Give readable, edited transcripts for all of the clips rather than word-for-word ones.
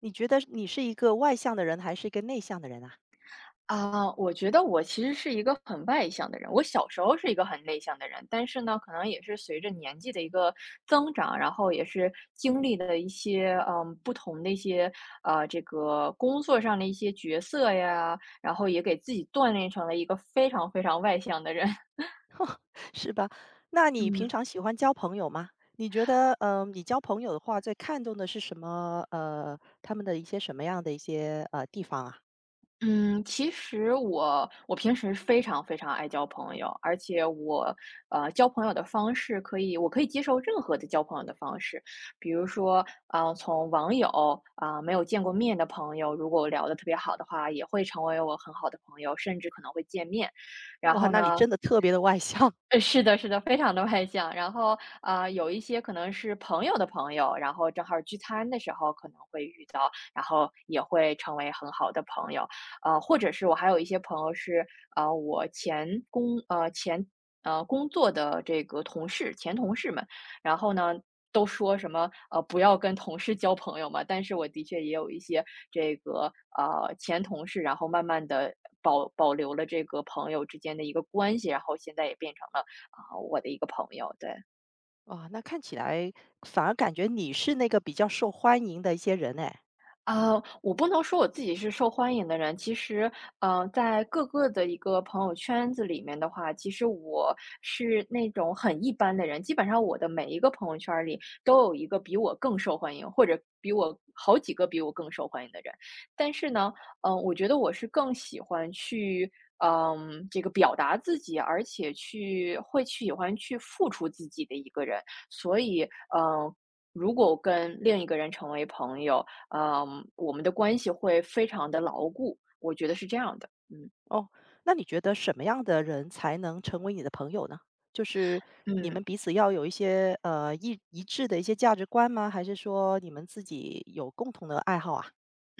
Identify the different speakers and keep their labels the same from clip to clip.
Speaker 1: 你觉得你是一个外向的人还是一个内向的人啊？
Speaker 2: 啊，我觉得我其实是一个很外向的人。我小时候是一个很内向的人，但是呢，可能也是随着年纪的一个增长，然后也是经历的一些不同的一些这个工作上的一些角色呀，然后也给自己锻炼成了一个非常非常外向的人。
Speaker 1: 是吧？那你平
Speaker 2: 嗯
Speaker 1: 常喜欢交朋友吗？你觉得，你交朋友的话，最看重的是什么？他们的一些什么样的一些地方啊？
Speaker 2: 嗯，其实我平时非常非常爱交朋友，而且我交朋友的方式可以，我可以接受任何的交朋友的方式，比如说从网友啊、没有见过面的朋友，如果聊得特别好的话，也会成为我很好的朋友，甚至可能会见面。然
Speaker 1: 哇，
Speaker 2: 后
Speaker 1: 那你
Speaker 2: 呢，
Speaker 1: 真的特别的外向。
Speaker 2: 是的，是的，非常的外向。然后，有一些可能是朋友的朋友，然后正好聚餐的时候可能会遇到，然后也会成为很好的朋友。或者是我还有一些朋友是，啊，我前工呃，前呃，工作的这个前同事们，然后呢，都说什么，不要跟同事交朋友嘛，但是我的确也有一些这个，前同事，然后慢慢的保留了这个朋友之间的一个关系，然后现在也变成了我的一个朋友，对，
Speaker 1: 哇！那看起来反而感觉你是那个比较受欢迎的一些人哎。
Speaker 2: 啊，我不能说我自己是受欢迎的人，其实，在各个的一个朋友圈子里面的话，其实我是那种很一般的人，基本上我的每一个朋友圈儿里都有一个比我更受欢迎，或者比我好几个比我更受欢迎的人。但是呢，我觉得我是更喜欢去，这个表达自己，而且去会去喜欢去付出自己的一个人，所以，嗯、如果我跟另一个人成为朋友，我们的关系会非常的牢固，我觉得是这样的，嗯。
Speaker 1: 哦，那你觉得什么样的人才能成为你的朋友呢？就是你们
Speaker 2: 嗯。
Speaker 1: 彼此要有一些一致的一些价值观吗？还是说你们自己有共同的爱好啊，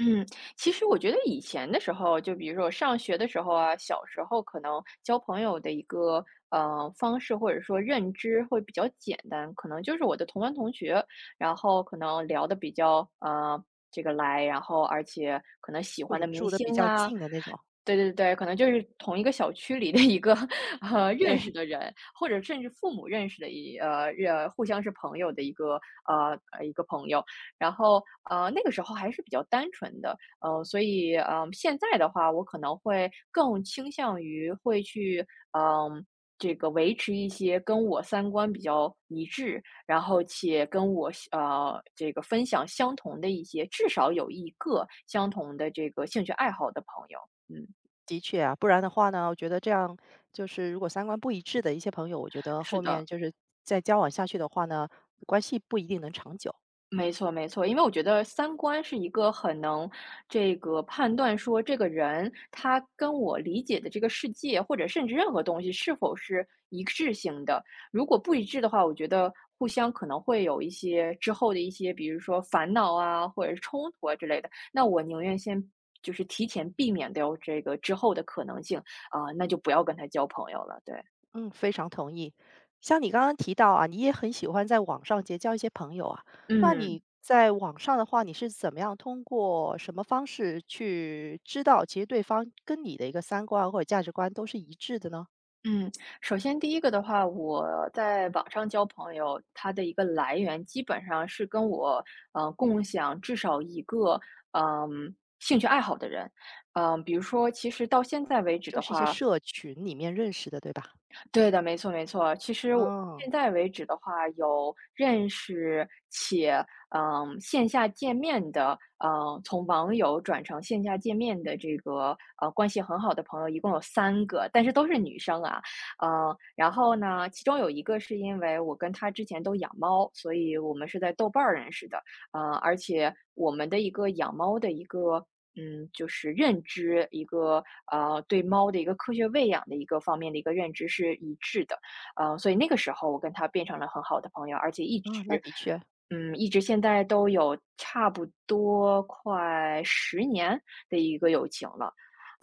Speaker 2: 嗯，其实我觉得以前的时候，就比如说我上学的时候啊，小时候可能交朋友的一个方式或者说认知会比较简单，可能就是我的同班同学，然后可能聊的比较这个来，然后而且可能喜
Speaker 1: 或
Speaker 2: 欢
Speaker 1: 者
Speaker 2: 的明
Speaker 1: 住的
Speaker 2: 星
Speaker 1: 比较
Speaker 2: 啊，
Speaker 1: 近的那种？
Speaker 2: 对对对，可能就是同一个小区里的一个 认识
Speaker 1: 对，
Speaker 2: 的人，或者甚至父母认识的互相是朋友的一个朋友。然后，那个时候还是比较单纯的，所以现在的话，我可能会更倾向于会去，嗯、这个维持一些跟我三观比较一致，然后且跟我这个分享相同的一些，至少有一个相同的这个兴趣爱好的朋友。嗯，
Speaker 1: 的确啊，不然的话呢，我觉得这样，就是如果三观不一致的一些朋友，我觉得
Speaker 2: 是
Speaker 1: 后面
Speaker 2: 的。
Speaker 1: 就是再交往下去的话呢，关系不一定能长久。
Speaker 2: 没错，没错，因为我觉得三观是一个很能这个判断说这个人他跟我理解的这个世界，或者甚至任何东西是否是一致性的。如果不一致的话，我觉得互相可能会有一些之后的一些，比如说烦恼啊，或者是冲突啊之类的。那我宁愿先就是提前避免掉这个之后的可能性啊，那就不要跟他交朋友了。对，
Speaker 1: 嗯，非常同意。像你刚刚提到啊，你也很喜欢在网上结交一些朋友啊。那
Speaker 2: 嗯。
Speaker 1: 你在网上的话，你是怎么样通过什么方式去知道其实对方跟你的一个三观或者价值观都是一致的呢？
Speaker 2: 嗯，首先第一个的话，我在网上交朋友，它的一个来源基本上是跟我共享至少一个兴趣爱好的人，比如说，其实到现在为止
Speaker 1: 就
Speaker 2: 的
Speaker 1: 是一些
Speaker 2: 话，
Speaker 1: 社群里面认识的，对吧？
Speaker 2: 对的，没错没错。其实我到
Speaker 1: 嗯，
Speaker 2: 现在为止的话，有认识且线下见面的，从网友转成线下见面的这个关系很好的朋友，一共有三个，但是都是女生啊。然后呢，其中有一个是因为我跟她之前都养猫，所以我们是在豆瓣儿认识的。而且我们的一个养猫的一个，就是认知，一个对猫的一个科学喂养的一个方面的一个认知是一致的，所以那个时候我跟他变成了很好的朋友，而且一
Speaker 1: 啊，那
Speaker 2: 直，
Speaker 1: 的确
Speaker 2: 一直现在都有差不多快10年的一个友情了，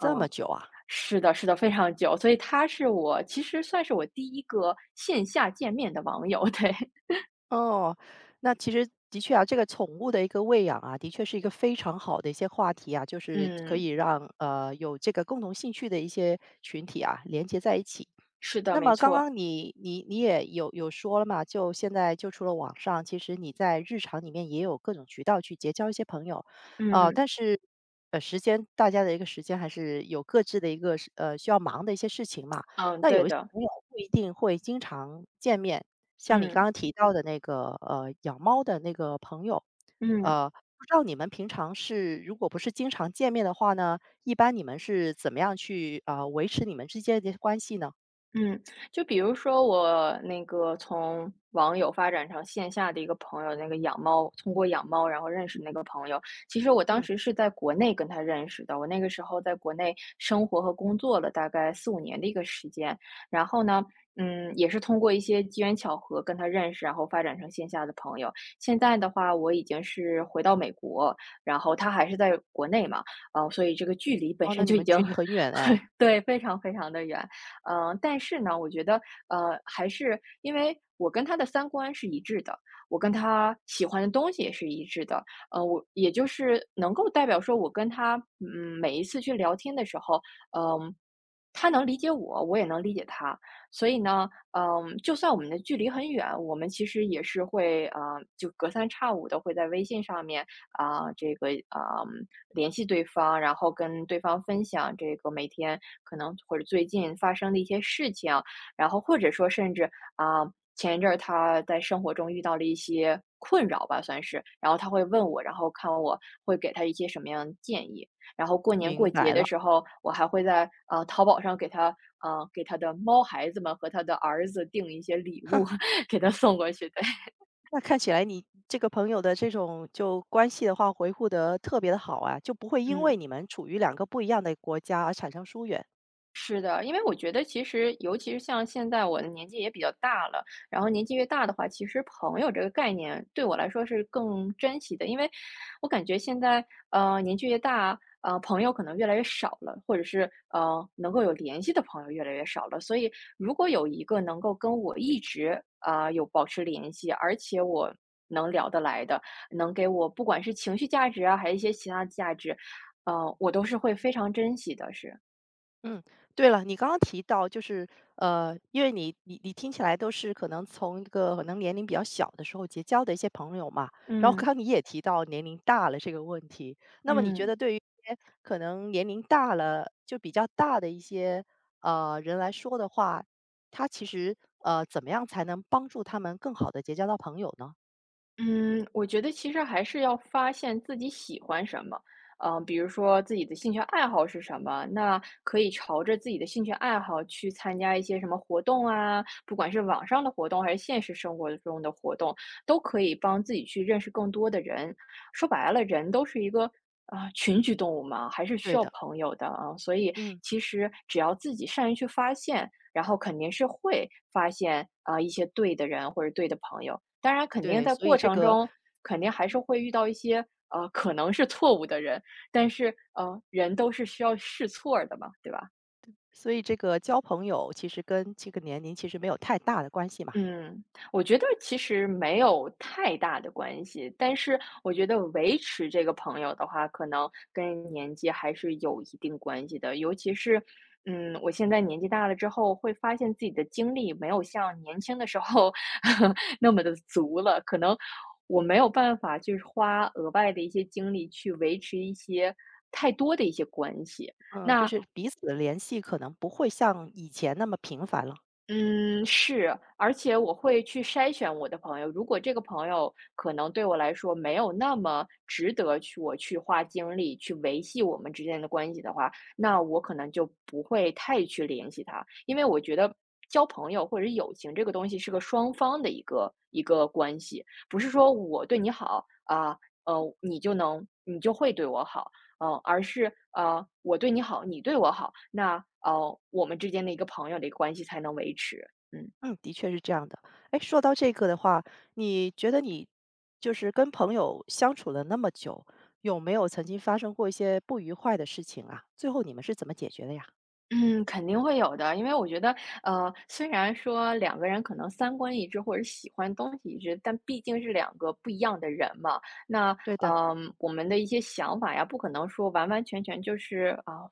Speaker 2: 嗯，
Speaker 1: 么久啊。
Speaker 2: 是的，是的，非常久，所以他是我其实算是我第一个线下见面的网友，对，
Speaker 1: 哦，那其实的确啊，这个宠物的一个喂养啊，的确是一个非常好的一些话题啊，就 是可以
Speaker 2: 嗯，
Speaker 1: 让有这个共同兴趣的一些群体啊连接在一起。
Speaker 2: 是的，
Speaker 1: 那
Speaker 2: 没
Speaker 1: 么刚
Speaker 2: 错，
Speaker 1: 刚你也有说了嘛，就现在就除了网上，其实你在日常里面也有各种渠道去结交一些朋友，呃，但
Speaker 2: 嗯。
Speaker 1: 是时间，大家的一个时间还是有各自的一个需要忙的一些事情嘛。
Speaker 2: 嗯。
Speaker 1: 那
Speaker 2: 对
Speaker 1: 有一些
Speaker 2: 的，
Speaker 1: 朋友不一定会经常见面，像你刚
Speaker 2: 嗯，
Speaker 1: 刚提到的那个养猫的那个朋友，
Speaker 2: 嗯，
Speaker 1: 呃，不知道你们平常是如果不是经常见面的话呢，一般你们是怎么样去维持你们之间的关系呢？
Speaker 2: 嗯，就比如说我那个从网友发展成线下的一个朋友，那个养猫，通过养猫然后认识那个朋友。其实我当
Speaker 1: 嗯。
Speaker 2: 时是在国内跟他认识的，我那个时候在国内生活和工作了大概四五年的一个时间。然后呢，也是通过一些机缘巧合跟他认识，然后发展成线下的朋友。现在的话，我已经是回到美国，然后他还是在国内嘛，所以这个距离本
Speaker 1: 哦，那
Speaker 2: 身
Speaker 1: 你
Speaker 2: 就已
Speaker 1: 们
Speaker 2: 经
Speaker 1: 距离很远 哎。
Speaker 2: 对，非常非常的远。但是呢，我觉得，还是因为我跟他的三观是一致的，我跟他喜欢的东西也是一致的，我也就是能够代表说我跟他，每一次去聊天的时候，嗯，他能理解我，我也能理解他，所以呢，就算我们的距离很远，我们其实也是会，就隔三差五的会在微信上面，这个联系对方，然后跟对方分享这个每天可能或者最近发生的一些事情，然后或者说甚至啊，前一阵儿他在生活中遇到了一些困扰吧，算是，然后他会问我，然后看我会给他一些什么样的建议。然后过年过
Speaker 1: 明
Speaker 2: 节
Speaker 1: 白
Speaker 2: 的
Speaker 1: 了。
Speaker 2: 时候，我还会在淘宝上给他给他的猫孩子们和他的儿子订一些礼物，给他送过去。对，
Speaker 1: 那看起来你这个朋友的这种就关系的话，维护得特别的好啊，就不会因为
Speaker 2: 嗯。
Speaker 1: 你们处于两个不一样的国家而产生疏远。
Speaker 2: 是的，因为我觉得其实尤其是像现在我的年纪也比较大了，然后年纪越大的话，其实朋友这个概念对我来说是更珍惜的，因为我感觉现在，年纪越大，朋友可能越来越少了，或者是能够有联系的朋友越来越少了，所以如果有一个能够跟我一直有保持联系，而且我能聊得来的，能给我不管是情绪价值啊，还是一些其他价值，我都是会非常珍惜的，是，
Speaker 1: 嗯，对了，你刚刚提到就是，呃，因为你听起来都是可能从一个可能年龄比较小的时候结交的一些朋友嘛，然后刚
Speaker 2: 嗯。
Speaker 1: 刚你也提到年龄大了这个问题，那么你觉
Speaker 2: 嗯
Speaker 1: 得对于一些可能年龄大了就比较大的一些人来说的话，他其实怎么样才能帮助他们更好的结交到朋友呢？
Speaker 2: 嗯，我觉得其实还是要发现自己喜欢什么，比如说自己的兴趣爱好是什么，那可以朝着自己的兴趣爱好去参加一些什么活动啊，不管是网上的活动还是现实生活中的活动，都可以帮自己去认识更多的人。说白了，人都是一个群居动物嘛，还是
Speaker 1: 对
Speaker 2: 需要
Speaker 1: 的，
Speaker 2: 朋友的啊，所以
Speaker 1: 嗯，
Speaker 2: 其实只要自己善于去发现。然后肯定是会发现一些对的人或者对的朋友。当然，肯定
Speaker 1: 对，
Speaker 2: 在
Speaker 1: 所以
Speaker 2: 过
Speaker 1: 这
Speaker 2: 程
Speaker 1: 个
Speaker 2: 中肯定还是会遇到一些可能是错误的人，但是人都是需要试错儿的嘛，对吧？
Speaker 1: 所以这个交朋友其实跟这个年龄其实没有太大的关系嘛。
Speaker 2: 嗯，我觉得其实没有太大的关系，但是我觉得维持这个朋友的话，可能跟年纪还是有一定关系的。尤其是，我现在年纪大了之后，会发现自己的精力没有像年轻的时候 那么的足了，可能我没有办法就是花额外的一些精力去维持一些太多的一些关系。
Speaker 1: 嗯，就
Speaker 2: 那
Speaker 1: 是彼此的联系可能不会像以前那么频繁了。
Speaker 2: 嗯，是，而且我会去筛选我的朋友。如果这个朋友可能对我来说没有那么值得去我去花精力去维系我们之间的关系的话，那我可能就不会太去联系他，因为我觉得交朋友或者友情这个东西是个双方的一个关系，不是说我对你好啊，你就会对我好。而是我对你好，你对我好，那我们之间的一个朋友的一个关系才能维持。嗯
Speaker 1: 嗯，的确是这样的。哎，说到这个的话，你觉得你就是跟朋友相处了那么久，有没有曾经发生过一些不愉快的事情啊？最后你们是怎么解决的呀？
Speaker 2: 嗯，肯定会有的，因为我觉得，虽然说两个人可能三观一致或者喜欢东西一致，但毕竟是两个不一样的人嘛。那，
Speaker 1: 对的，
Speaker 2: 我们的一些想法呀，不可能说完完全全就是啊，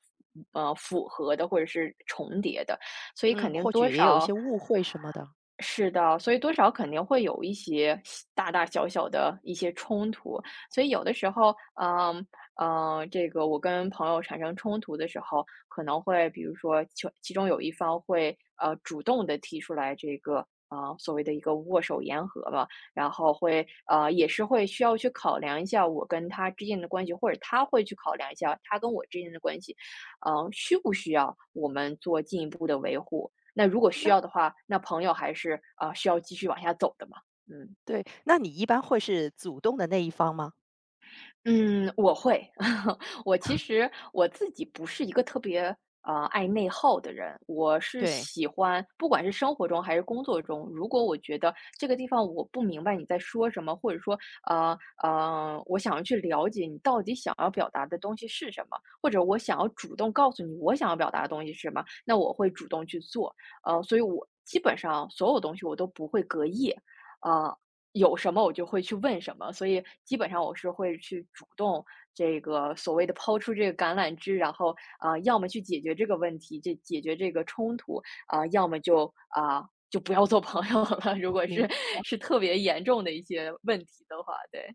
Speaker 2: 符合的或者是重叠的，所以
Speaker 1: 嗯，
Speaker 2: 肯定
Speaker 1: 或许
Speaker 2: 多
Speaker 1: 也有一
Speaker 2: 少
Speaker 1: 些误会什么的。
Speaker 2: 是的，所以多少肯定会有一些大大小小的一些冲突，所以有的时候，嗯嗯，这个我跟朋友产生冲突的时候，可能会比如说其中有一方会主动的提出来这个所谓的一个握手言和吧，然后会也是会需要去考量一下我跟他之间的关系，或者他会去考量一下他跟我之间的关系，需不需要我们做进一步的维护？那如果需
Speaker 1: 那
Speaker 2: 要的话，那朋友还是啊，需要继续往下走的嘛，嗯。
Speaker 1: 对，那你一般会是主动的那一方吗？
Speaker 2: 嗯，我会。我其实我自己不是一个特别爱内耗的人，我是
Speaker 1: 对，
Speaker 2: 喜欢，不管是生活中还是工作中，如果我觉得这个地方我不明白你在说什么，或者说我想要去了解你到底想要表达的东西是什么，或者我想要主动告诉你我想要表达的东西是什么，那我会主动去做。所以我基本上所有东西我都不会隔夜。呃有什么我就会去问什么，所以基本上我是会去主动这个所谓的抛出这个橄榄枝，然后要么去解决这个问题，解决这个冲突要么就就不要做朋友了。如果
Speaker 1: 明，
Speaker 2: 是特别严重的一些问题的话，对，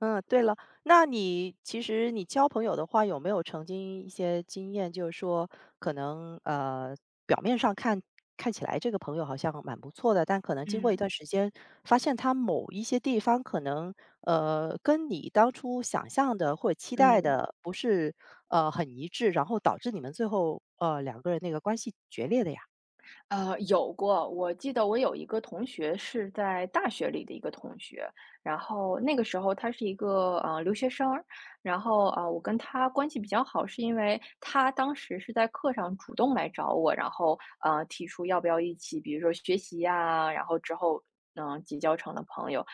Speaker 1: 嗯，对了，那你其实你交朋友的话，有没有曾经一些经验，就是说可能呃，表面上看，看起来这个朋友好像蛮不错的，但可能经过一
Speaker 2: 嗯。
Speaker 1: 段时间，发现他某一些地方可能跟你当初想象的或者期待
Speaker 2: 嗯。
Speaker 1: 的不是很一致，然后导致你们最后两个人那个关系决裂的呀，
Speaker 2: 有过。我记得我有一个同学是在大学里的一个同学，然后那个时候他是一个留学生儿然后我跟他关系比较好，是因为他当时是在课上主动来找我，然后提出要不要一起，比如说学习呀、然后之后结交成了朋友。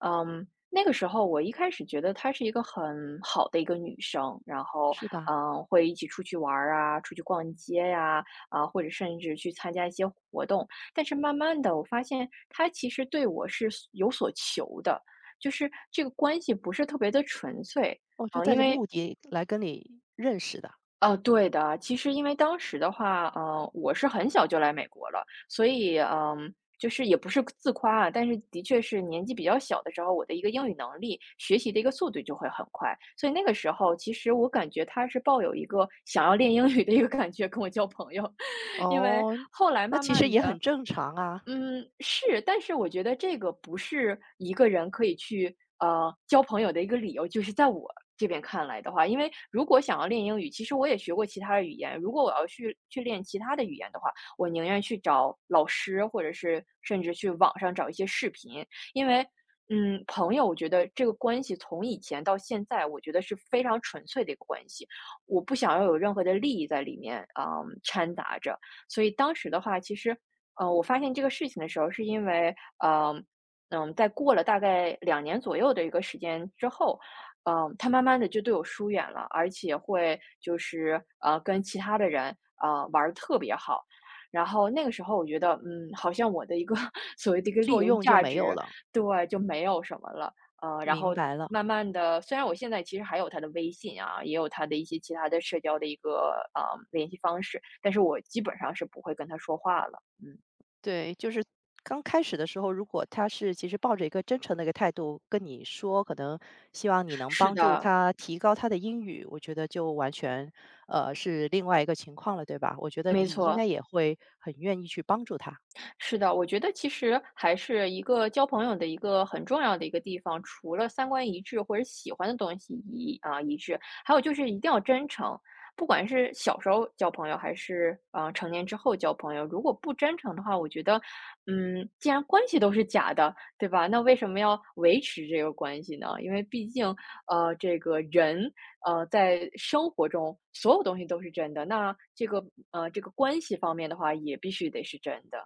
Speaker 2: 嗯，那个时候我一开始觉得她是一个很好的一个女生，然后，
Speaker 1: 是吧？
Speaker 2: 嗯，会一起出去玩儿啊，出去逛街呀，啊，或者甚至去参加一些活动。但是慢慢的，我发现她其实对我是有所求的，就是这个关系不是特别的纯粹。
Speaker 1: 哦，就
Speaker 2: 嗯，
Speaker 1: 带
Speaker 2: 因
Speaker 1: 着
Speaker 2: 为
Speaker 1: 目的来跟你认识的。
Speaker 2: 哦，对的。其实因为当时的话，我是很小就来美国了，所以，嗯，就是也不是自夸啊，但是的确是年纪比较小的时候，我的一个英语能力、学习的一个速度就会很快。所以那个时候，其实我感觉他是抱有一个想要练英语的一个感觉跟我交朋友。因为
Speaker 1: 哦，
Speaker 2: 后来
Speaker 1: 那
Speaker 2: 慢
Speaker 1: 其实
Speaker 2: 慢
Speaker 1: 也很
Speaker 2: 的。
Speaker 1: 正常啊。
Speaker 2: 嗯，是，但是我觉得这个不是一个人可以去交朋友的一个理由，就是在我这边看来的话，因为如果想要练英语，其实我也学过其他的语言，如果我要去练其他的语言的话，我宁愿去找老师，或者是甚至去网上找一些视频，因为嗯，朋友，我觉得这个关系从以前到现在，我觉得是非常纯粹的一个关系，我不想要有任何的利益在里面啊，掺杂着。所以当时的话，其实我发现这个事情的时候，是因为，嗯，嗯，在过了大概两年左右的一个时间之后，嗯，他慢慢的就对我疏远了，而且会就是，跟其他的人，玩的特别好。然后那个时候我觉得，嗯，好像我的一个 所谓的一个利
Speaker 1: 作
Speaker 2: 用
Speaker 1: 用就
Speaker 2: 价
Speaker 1: 没有
Speaker 2: 值，
Speaker 1: 了，
Speaker 2: 对，就没有什么了。然
Speaker 1: 明
Speaker 2: 后
Speaker 1: 白了。
Speaker 2: 慢慢的，虽然我现在其实还有他的微信啊，也有他的一些其他的社交的一个，联系方式，但是我基本上是不会跟他说话了，嗯。
Speaker 1: 对，就是刚开始的时候，如果他是其实抱着一个真诚的一个态度跟你说，可能希望你能
Speaker 2: 是
Speaker 1: 帮助
Speaker 2: 的，
Speaker 1: 他提高他的英语，我觉得就完全是另外一个情况了，对吧？我觉得
Speaker 2: 没
Speaker 1: 你应该
Speaker 2: 错。
Speaker 1: 也会很愿意去帮助他。
Speaker 2: 是的，我觉得其实还是一个交朋友的一个很重要的一个地方，除了三观一致或者喜欢的东西一致，还有就是一定要真诚。不管是小时候交朋友，还是成年之后交朋友，如果不真诚的话，我觉得，嗯，既然关系都是假的，对吧？那为什么要维持这个关系呢？因为毕竟，这个人，在生活中所有东西都是真的，那这个这个关系方面的话，也必须得是真的。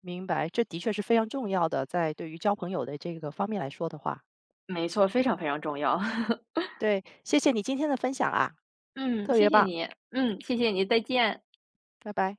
Speaker 1: 明白，这的确是非常重要的，在对于交朋友的这个方面来说的话，
Speaker 2: 没错，非常非常重要。
Speaker 1: 对，谢谢你今天的分享啊，
Speaker 2: 嗯，
Speaker 1: 特
Speaker 2: 谢
Speaker 1: 别
Speaker 2: 谢
Speaker 1: 棒，
Speaker 2: 你。嗯，谢谢你，再见。
Speaker 1: 拜拜。